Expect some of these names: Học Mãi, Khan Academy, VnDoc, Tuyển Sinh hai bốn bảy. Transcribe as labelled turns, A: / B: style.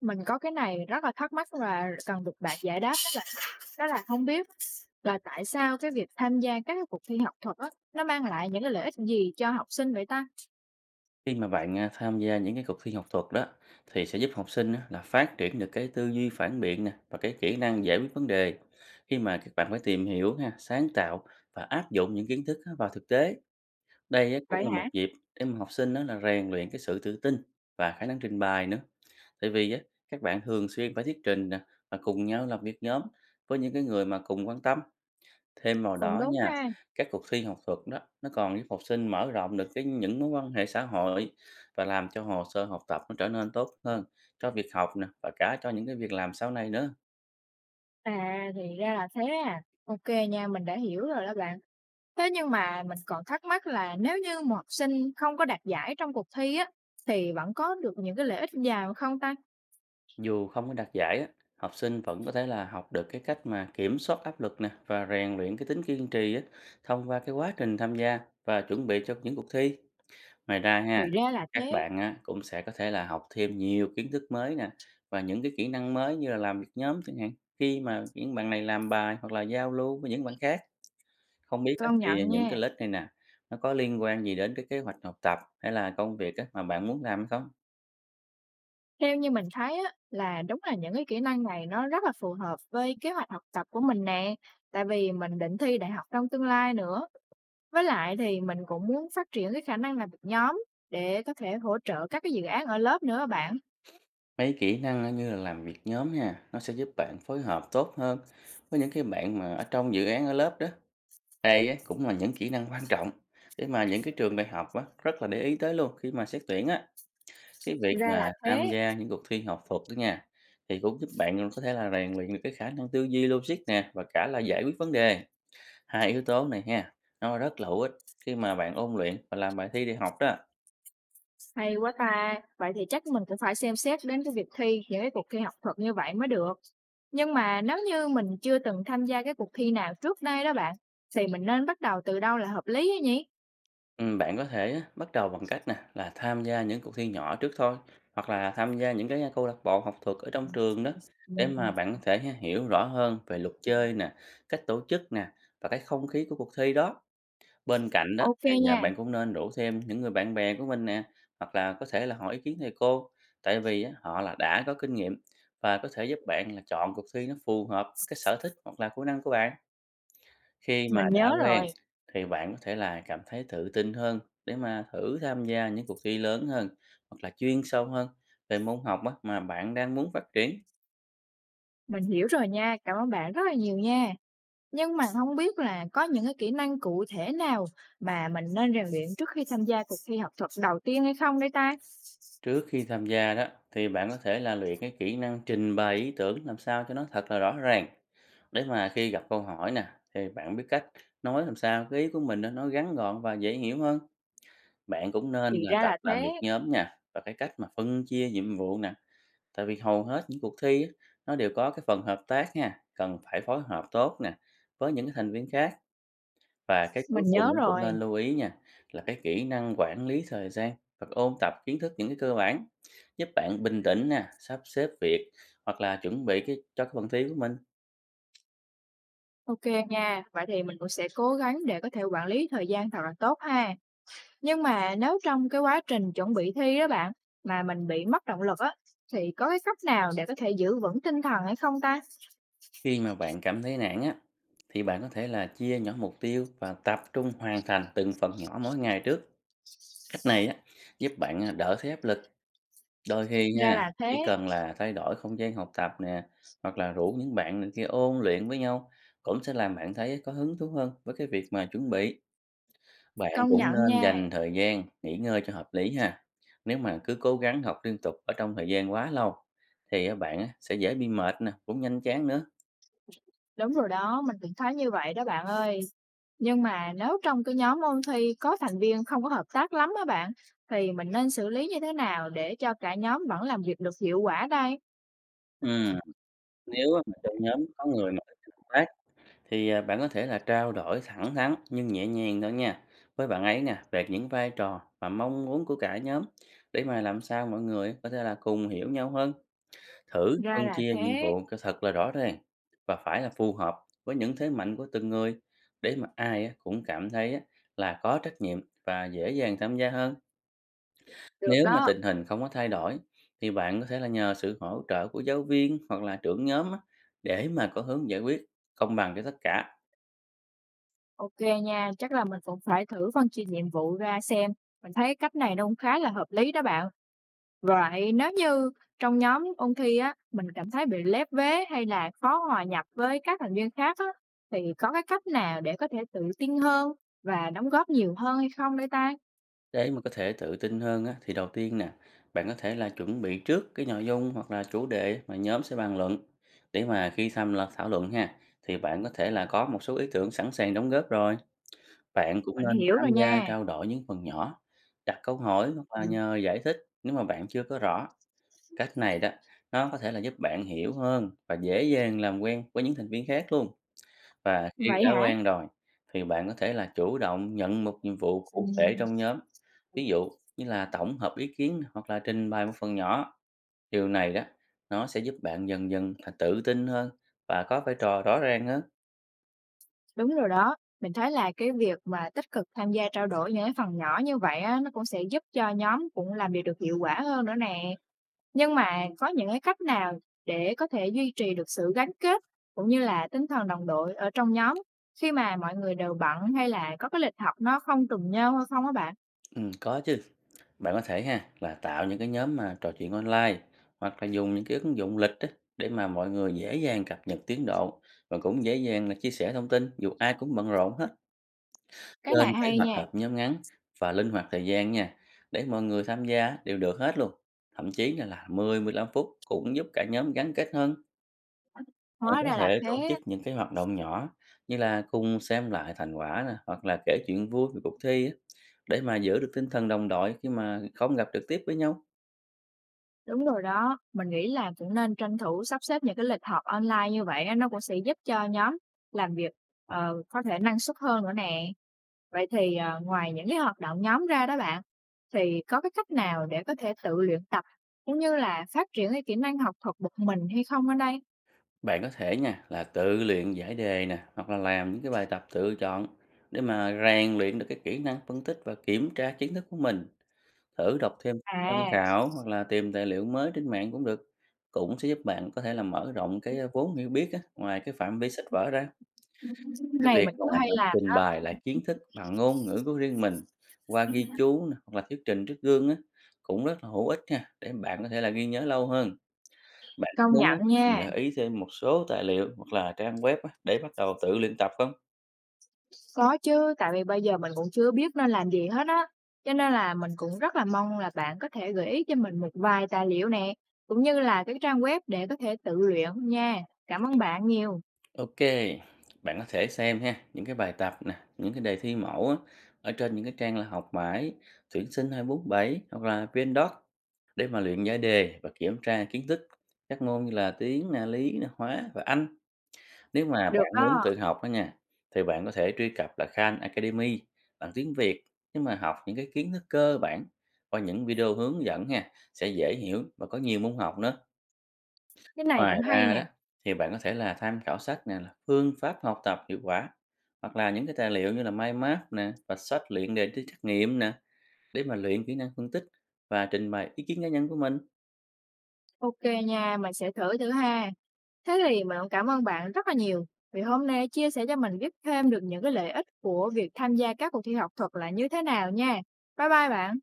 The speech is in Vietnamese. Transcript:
A: Mình có cái này rất là thắc mắc và cần được bạn giải đáp đó là không biết là tại sao cái việc tham gia các cái cuộc thi học thuật á, nó mang lại những cái lợi ích gì cho học sinh vậy ta?
B: Khi mà bạn à, tham gia những cái cuộc thi học thuật đó thì sẽ giúp học sinh á, là phát triển được cái tư duy phản biện nè và cái kỹ năng giải quyết vấn đề. Khi mà các bạn phải tìm hiểu ha, sáng tạo và áp dụng những kiến thức á, vào thực tế. Đây á, cũng
A: Vậy
B: là
A: hả?
B: một dịp để mà học sinh đó là rèn luyện cái sự tự tin và khả năng trình bày nữa. Tại vì á, các bạn thường xuyên phải thuyết trình nè và cùng nhau làm việc nhóm với những cái người mà cùng quan tâm. Thêm vào
A: Cũng
B: đó
A: đúng
B: nha,
A: ha.
B: các cuộc thi học thuật đó nó còn giúp học sinh mở rộng được cái những mối quan hệ xã hội và làm cho hồ sơ học tập nó trở nên tốt hơn cho việc học nè và cả cho những cái việc làm sau này nữa.
A: À, thì ra là thế à. Ok nha, mình đã hiểu rồi đó bạn. Thế nhưng mà mình còn thắc mắc là nếu như một học sinh không có đạt giải trong cuộc thi á, thì vẫn có được những cái lợi ích gì không ta?
B: Dù không có đạt giải á, học sinh vẫn có thể là học được cái cách mà kiểm soát áp lực nè và rèn luyện cái tính kiên trì á, thông qua cái quá trình tham gia và chuẩn bị cho những cuộc thi. Ngoài ra ha,
A: Thì ra là
B: các
A: thế,
B: bạn á, cũng sẽ có thể là học thêm nhiều kiến thức mới nè và những cái kỹ năng mới như là làm việc nhóm chẳng hạn. Khi mà những bạn này làm bài hoặc là giao lưu với những bạn khác, không biết á,
A: công
B: thì
A: nhận
B: những cái
A: nha.
B: lớp này nè, nó có liên quan gì đến cái kế hoạch học tập hay là công việc á, mà bạn muốn làm hay không?
A: Theo như mình thấy á, là đúng là những cái kỹ năng này nó rất là phù hợp với kế hoạch học tập của mình nè, tại vì mình định thi đại học trong tương lai nữa. Với lại thì mình cũng muốn phát triển cái khả năng làm việc nhóm để có thể hỗ trợ các cái dự án ở lớp nữa á bạn.
B: Mấy kỹ năng á, như là làm việc nhóm nha, nó sẽ giúp bạn phối hợp tốt hơn với những cái bạn mà ở trong dự án ở lớp đó. Đây á, cũng là những kỹ năng quan trọng để mà những cái trường đại học á, rất là để ý tới luôn khi mà xét tuyển á. Cái việc
A: Ra
B: mà
A: là
B: tham
A: thế,
B: gia những cuộc thi học thuật đó nha, thì cũng giúp bạn có thể là rèn luyện được cái khả năng tư duy logic nè và cả là giải quyết vấn đề. Hai yếu tố này ha, nó rất là hữu ích khi mà bạn ôn luyện và làm bài thi đi học đó.
A: hay quá ta. Vậy thì chắc mình cũng phải xem xét đến cái việc thi những cái cuộc thi học thuật như vậy mới được. Nhưng mà nếu như mình chưa từng tham gia cái cuộc thi nào trước đây đó bạn, thì mình nên bắt đầu từ đâu là hợp lý á nhỉ?
B: Ừ, bạn có thể á, bắt đầu bằng cách nè là tham gia những cuộc thi nhỏ trước thôi hoặc là tham gia những cái câu lạc bộ học thuật ở trong trường đó để mà bạn có thể ha, hiểu rõ hơn về luật chơi nè, cách tổ chức nè và cái không khí của cuộc thi đó. Bên cạnh đó
A: Ok
B: thì, à,
A: nha.
B: bạn cũng nên rủ thêm những người bạn bè của mình nè, hoặc là có thể là hỏi ý kiến thầy cô, tại vì á, họ là đã có kinh nghiệm và có thể giúp bạn là chọn cuộc thi nó phù hợp với cái sở thích hoặc là kỹ năng của bạn. Khi mà
A: Mình nhớ
B: đã quen
A: rồi,
B: thì bạn có thể là cảm thấy tự tin hơn để mà thử tham gia những cuộc thi lớn hơn hoặc là chuyên sâu hơn về môn học á, mà bạn đang muốn phát triển.
A: mình hiểu rồi nha, cảm ơn bạn rất là nhiều nha. Nhưng mà không biết là có những cái kỹ năng cụ thể nào mà mình nên rèn luyện trước khi tham gia cuộc thi học thuật đầu tiên hay không đây ta?
B: Trước khi tham gia đó thì bạn có thể là luyện cái kỹ năng trình bày ý tưởng làm sao cho nó thật là rõ ràng. Để mà khi gặp câu hỏi nè thì bạn biết cách nói làm sao cái ý của mình đó, nó ngắn gọn và dễ hiểu hơn. Bạn cũng nên
A: Thì
B: là
A: ra
B: tập
A: là thế,
B: làm việc nhóm nha và cái cách mà phân chia nhiệm vụ nè. Tại vì hầu hết những cuộc thi á, nó đều có cái phần hợp tác nha, cần phải phối hợp tốt nè với những cái thành viên khác. Và cái
A: mình
B: cuối
A: nhớ
B: cùng cũng cũng nên
A: rồi.
B: lưu ý nha, là cái kỹ năng quản lý thời gian và ôn tập kiến thức những cái cơ bản, giúp bạn bình tĩnh nè, sắp xếp việc hoặc là chuẩn bị cái cho cái phần thi của mình.
A: Ok nha, vậy thì mình cũng sẽ cố gắng để có thể quản lý thời gian thật là tốt ha. Nhưng mà nếu trong cái quá trình chuẩn bị thi đó bạn, mà mình bị mất động lực á, thì có cái cách nào để có thể giữ vững tinh thần hay không ta?
B: Khi mà bạn cảm thấy nản á, thì bạn có thể là chia nhỏ mục tiêu và tập trung hoàn thành từng phần nhỏ mỗi ngày trước. Cách này á, giúp bạn à, đỡ thấy áp lực. Đôi khi
A: Ra
B: nha,
A: là thế,
B: chỉ cần là thay đổi không gian học tập nè, hoặc là rủ những bạn này kia ôn luyện với nhau, cũng sẽ làm bạn thấy có hứng thú hơn với cái việc mà chuẩn bị. Bạn
A: công
B: cũng
A: nhận
B: nên
A: nha.
B: dành thời gian nghỉ ngơi cho hợp lý ha. Nếu mà cứ cố gắng học liên tục ở trong thời gian quá lâu thì á, bạn á, sẽ dễ bị mệt nè, cũng nhanh chán nữa.
A: Đúng rồi đó, mình cũng thấy như vậy đó bạn ơi. Nhưng mà nếu trong cái nhóm ôn thi có thành viên không có hợp tác lắm á bạn, thì mình nên xử lý như thế nào để cho cả nhóm vẫn làm việc được hiệu quả đây?
B: Ừm, nếu á, mà trong nhóm có người mà ít hợp tác thì à, bạn có thể là trao đổi thẳng thắn nhưng nhẹ nhàng thôi nha. Với bạn ấy nè, về những vai trò và mong muốn của cả nhóm để mà làm sao mọi người có thể là cùng hiểu nhau hơn. Thử
A: Ra
B: phân
A: là
B: chia nhiệm
A: thế.
B: vụ cho thật là rõ ràng và phải là phù hợp với những thế mạnh của từng người để mà ai á cũng cảm thấy á là có trách nhiệm và dễ dàng tham gia hơn.
A: Được
B: Nếu mà
A: đó.
B: tình hình không có thay đổi thì bạn có thể là nhờ sự hỗ trợ của giáo viên hoặc là trưởng nhóm á để mà có hướng giải quyết công bằng cho tất cả.
A: Ok nha, chắc là mình cũng phải thử phân chia nhiệm vụ ra xem. Mình thấy cách này nó cũng khá là hợp lý đó bạn. Vậy nếu như trong nhóm ôn thi á, mình cảm thấy bị lép vế hay là khó hòa nhập với các thành viên khác á, thì có cái cách nào để có thể tự tin hơn và đóng góp nhiều hơn hay không đây ta?
B: Để mà có thể tự tin hơn á, thì đầu tiên nè, bạn có thể là chuẩn bị trước cái nội dung hoặc là chủ đề mà nhóm sẽ bàn luận. Để mà khi tham là thảo luận ha, thì bạn có thể là có một số ý tưởng sẵn sàng đóng góp rồi. Bạn cũng
A: Mình
B: nên
A: hiểu rồi
B: tham gia
A: nha.
B: trao đổi những phần nhỏ, đặt câu hỏi hoặc là nhờ giải thích nếu mà bạn chưa có rõ. Cách này đó, nó có thể là giúp bạn hiểu hơn và dễ dàng làm quen với những thành viên khác luôn. Và khi
A: Vậy
B: đã
A: hả?
B: quen rồi thì bạn có thể là chủ động nhận một nhiệm vụ cụ thể trong
A: Ừ.
B: nhóm. Ví dụ như là tổng hợp ý kiến hoặc là trình bày một phần nhỏ. Điều này đó nó sẽ giúp bạn dần dần là tự tin hơn và có vai trò rõ ràng hơn.
A: Đúng rồi đó. Mình thấy là cái việc mà tích cực tham gia trao đổi những cái phần nhỏ như vậy á, nó cũng sẽ giúp cho nhóm cũng làm việc được hiệu quả hơn nữa nè. Nhưng mà có những cái cách nào để có thể duy trì được sự gắn kết cũng như là tinh thần đồng đội ở trong nhóm khi mà mọi người đều bận hay là có cái lịch học nó không trùng nhau hay không á bạn?
B: Ừ, có chứ. Bạn có thể ha là tạo những cái nhóm mà trò chuyện online hoặc là dùng những cái ứng dụng lịch á, để mà mọi người dễ dàng cập nhật tiến độ và cũng dễ dàng là chia sẻ thông tin dù ai cũng bận rộn hết.
A: Cái này
B: Lên kế
A: hay
B: hoạch
A: nha,
B: họp nhóm ngắn và linh hoạt thời gian nha, để mọi người tham gia đều được hết luôn. Thậm chí là 10-15 phút cũng giúp cả nhóm gắn kết hơn. Rồi
A: hóa
B: có
A: ra là
B: thể tổ
A: thế.
B: chức những cái hoạt động nhỏ như là cùng xem lại thành quả nè, hoặc là kể chuyện vui về cuộc thi á, để mà giữ được tinh thần đồng đội khi mà không gặp trực tiếp với nhau.
A: Đúng rồi đó, mình nghĩ là cũng nên tranh thủ sắp xếp những cái lịch học online như vậy á, nó cũng sẽ giúp cho nhóm làm việc có thể năng suất hơn nữa nè. Vậy thì, ngoài những cái hoạt động nhóm ra đó bạn, thì có cái cách nào để có thể tự luyện tập cũng như là phát triển cái kỹ năng học thuật một mình hay không ở đây?
B: Bạn có thể nha là tự luyện giải đề nè, hoặc là làm những cái bài tập tự chọn để mà rèn luyện được cái kỹ năng phân tích và kiểm tra kiến thức của mình. Thử đọc thêm sách tham
A: À,
B: khảo hoặc là tìm tài liệu mới trên mạng cũng được, cũng sẽ giúp bạn có thể là mở rộng cái, vốn hiểu biết á, ngoài cái phạm vi sách vở ra.
A: cái
B: Cái
A: này
B: việc
A: mình
B: là
A: cũng hay
B: tập
A: làm
B: trình
A: đó,
B: bày lại kiến thức bằng ngôn ngữ của riêng mình qua ghi chú nè, hoặc là thuyết trình trước gương á, cũng rất là hữu ích nha, để bạn có thể là ghi nhớ lâu hơn. Bạn có
A: công
B: muốn
A: nhận
B: á, mình
A: nha.
B: gợi ý thêm một số tài liệu hoặc là trang web á, để bắt đầu tự luyện tập không?
A: Có chứ, tại vì bây giờ mình cũng chưa biết nên làm gì hết á, cho nên là mình cũng rất là mong là bạn có thể gợi ý cho mình một vài tài liệu nè, cũng như là cái trang web để có thể tự luyện nha. Cảm ơn bạn nhiều.
B: OK, bạn có thể xem ha, những cái bài tập nè, những cái đề thi mẫu á, ở trên những cái trang là Học Mãi, Tuyển Sinh 247 hoặc là VnDoc để mà luyện giải đề và kiểm tra kiến thức các môn như là tiếng nè, lý nè, hóa và Anh. Nếu mà
A: Được
B: bạn muốn
A: đó,
B: tự học đó nha, thì bạn có thể truy cập là Khan Academy bằng tiếng Việt để mà học những cái kiến thức cơ bản qua những video hướng dẫn ha, sẽ dễ hiểu và có nhiều môn học nữa.
A: cái này
B: Ngoài
A: cũng hay
B: ra
A: nè.
B: đó, thì bạn có thể là tham khảo sách nè, là phương pháp học tập hiệu quả hoặc là những cái tài liệu như là mind map nè và sách luyện đề thi trắc nghiệm nè để mà luyện kỹ năng phân tích và trình bày ý kiến cá nhân của mình.
A: OK nha, mình sẽ thử thử ha. Thế thì mình cũng cảm ơn bạn rất là nhiều vì hôm nay chia sẻ cho mình biết thêm được những cái lợi ích của việc tham gia các cuộc thi học thuật là như thế nào nha. Bye bye bạn.